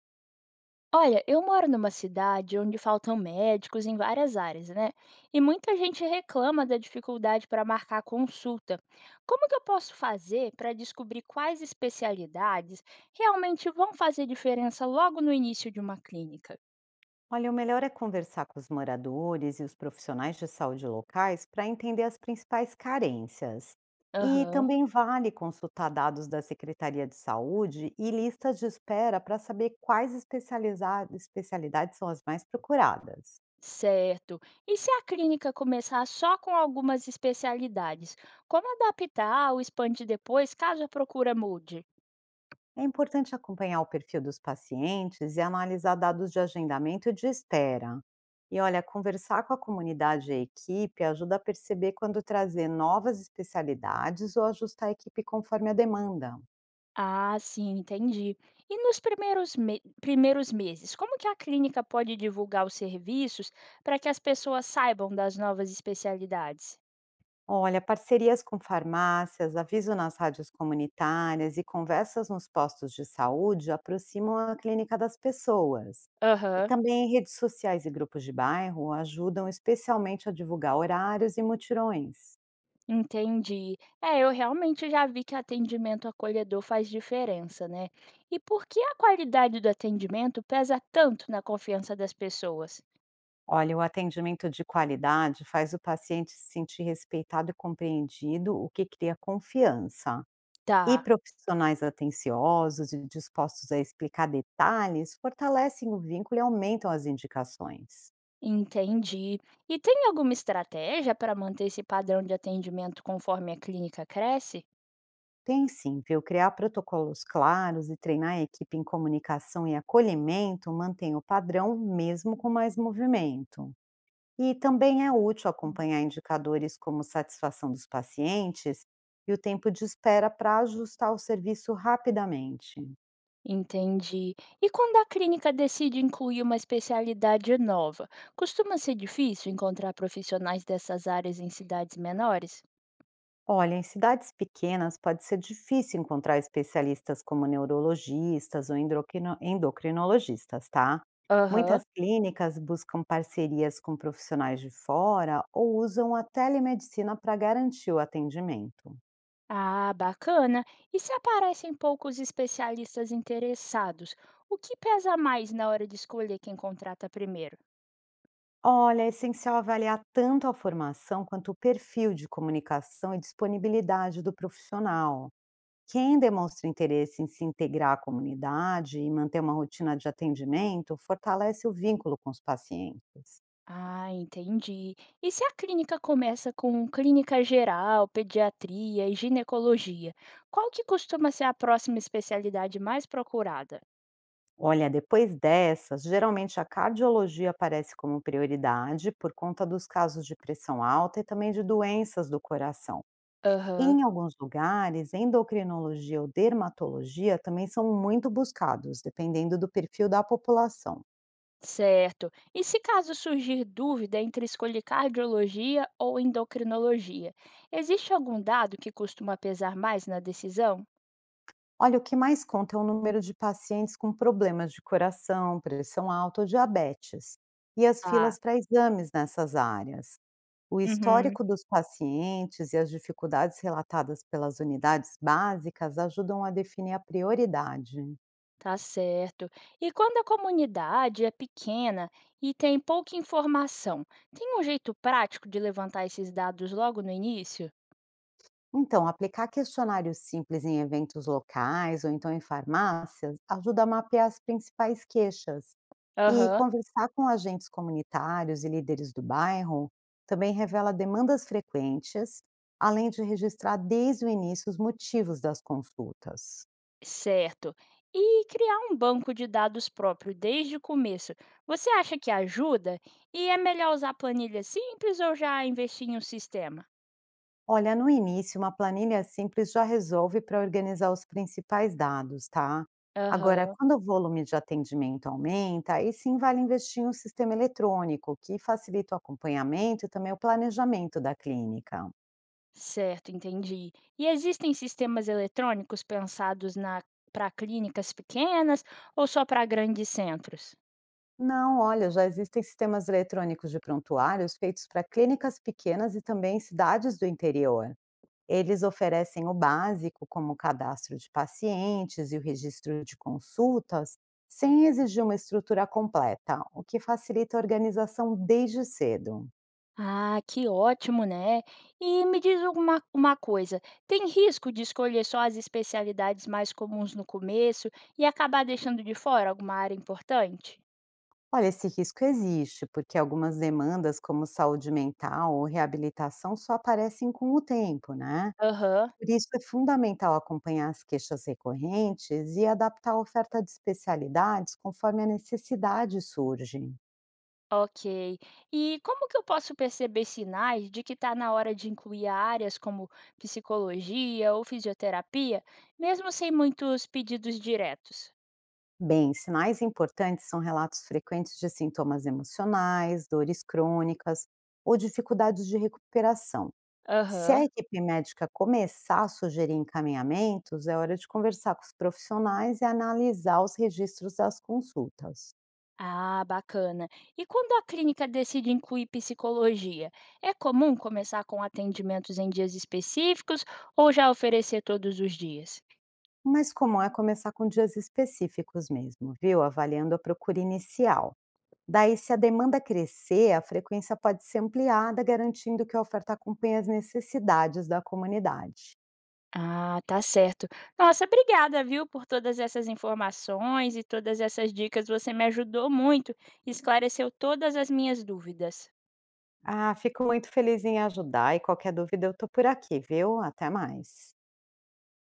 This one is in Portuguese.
Olha, eu moro numa cidade onde faltam médicos em várias áreas, né? E muita gente reclama da dificuldade para marcar consulta. Como que eu posso fazer para descobrir quais especialidades realmente vão fazer diferença logo no início de uma clínica? Olha, o melhor é conversar com os moradores e os profissionais de saúde locais para entender as principais carências. E Aham, também vale consultar dados da Secretaria de Saúde e listas de espera para saber quais especialidades são as mais procuradas. certo. E se a clínica começar só com algumas especialidades, como adaptar ou expandir depois caso a procura mude? É importante acompanhar o perfil dos pacientes e analisar dados de agendamento e de espera. E olha, conversar com a comunidade e a equipe ajuda a perceber quando trazer novas especialidades ou ajustar a equipe conforme a demanda. Ah, sim, entendi. E nos primeiros meses, como que a clínica pode divulgar os serviços para que as pessoas saibam das novas especialidades? Olha, parcerias com farmácias, aviso nas rádios comunitárias e conversas nos postos de saúde aproximam a clínica das pessoas. E Aham, também redes sociais e grupos de bairro ajudam especialmente a divulgar horários e mutirões. entendi. É, eu realmente já vi que atendimento acolhedor faz diferença, né? E por que a qualidade do atendimento pesa tanto na confiança das pessoas? Olha, o atendimento de qualidade faz o paciente se sentir respeitado e compreendido, o que cria confiança. E Tá, profissionais atenciosos e dispostos a explicar detalhes fortalecem o vínculo e aumentam as indicações. entendi. E tem alguma estratégia para manter esse padrão de atendimento conforme a clínica cresce? Tem sim, viu? Criar protocolos claros e treinar a equipe em comunicação e acolhimento mantém o padrão, mesmo com mais movimento. E também é útil acompanhar indicadores como satisfação dos pacientes e o tempo de espera para ajustar o serviço rapidamente. Entendi. E quando a clínica decide incluir uma especialidade nova, costuma ser difícil encontrar profissionais dessas áreas em cidades menores? Olha, em cidades pequenas pode ser difícil encontrar especialistas como neurologistas ou endocrinologistas, tá? Aham. Muitas clínicas buscam parcerias com profissionais de fora ou usam a telemedicina para garantir o atendimento. Ah, bacana. E se aparecem poucos especialistas interessados, o que pesa mais na hora de escolher quem contrata primeiro? Olha, é essencial avaliar tanto a formação quanto o perfil de comunicação e disponibilidade do profissional. Quem demonstra interesse em se integrar à comunidade e manter uma rotina de atendimento fortalece o vínculo com os pacientes. Ah, entendi. E se a clínica começa com clínica geral, pediatria e ginecologia, qual que costuma ser a próxima especialidade mais procurada? Olha, depois dessas, geralmente a cardiologia aparece como prioridade por conta dos casos de pressão alta e também de doenças do coração. Aham. Em alguns lugares, endocrinologia ou dermatologia também são muito buscados, dependendo do perfil da população. Certo. E se caso surgir dúvida entre escolher cardiologia ou endocrinologia, existe algum dado que costuma pesar mais na decisão? Olha, o que mais conta é o número de pacientes com problemas de coração, pressão alta ou diabetes, e as Ah, filas para exames nessas áreas. O uhum. histórico dos pacientes e as dificuldades relatadas pelas unidades básicas ajudam a definir a prioridade. Tá certo. E quando a comunidade é pequena e tem pouca informação, tem um jeito prático de levantar esses dados logo no início? Então, aplicar questionários simples em eventos locais ou então em farmácias ajuda a mapear as principais queixas. E Aham. conversar com agentes comunitários e líderes do bairro também revela demandas frequentes, além de registrar desde o início os motivos das consultas. Certo. E criar um banco de dados próprio desde o começo, você acha que ajuda? E é melhor usar planilha simples ou já investir em um sistema? Olha, no início, uma planilha simples já resolve para organizar os principais dados, tá? Agora, Aham, quando o volume de atendimento aumenta, aí sim vale investir em um sistema eletrônico que facilita o acompanhamento e também o planejamento da clínica. certo, entendi. E existem sistemas eletrônicos pensados na para clínicas pequenas ou só para grandes centros? Não, olha, já existem sistemas eletrônicos de prontuários feitos para clínicas pequenas e também cidades do interior. Eles oferecem o básico, como o cadastro de pacientes e o registro de consultas, sem exigir uma estrutura completa, o que facilita a organização desde cedo. Ah, que ótimo, né? E me diz uma coisa: tem risco de escolher só as especialidades mais comuns no começo e acabar deixando de fora alguma área importante? Olha, esse risco existe, porque algumas demandas, como saúde mental ou reabilitação, só aparecem com o tempo, né? Aham, Por isso é fundamental acompanhar as queixas recorrentes e adaptar a oferta de especialidades conforme a necessidade surge. ok. E como que eu posso perceber sinais de que está na hora de incluir áreas como psicologia ou fisioterapia, mesmo sem muitos pedidos diretos? Bem, sinais importantes são relatos frequentes de sintomas emocionais, dores crônicas ou dificuldades de recuperação. Se Aham. a equipe médica começar a sugerir encaminhamentos, é hora de conversar com os profissionais e analisar os registros das consultas. Ah, bacana. E quando a clínica decide incluir psicologia, é comum começar com atendimentos em dias específicos ou já oferecer todos os dias? O mais comum é começar com dias específicos mesmo, viu? Avaliando a procura inicial. Daí, se a demanda crescer, a frequência pode ser ampliada, garantindo que a oferta acompanhe as necessidades da comunidade. Ah, tá certo. Nossa, obrigada, viu, por todas essas informações e todas essas dicas. Você me ajudou muito, esclareceu todas as minhas dúvidas. Ah, fico muito feliz em ajudar e qualquer dúvida eu tô por aqui, viu? Até mais.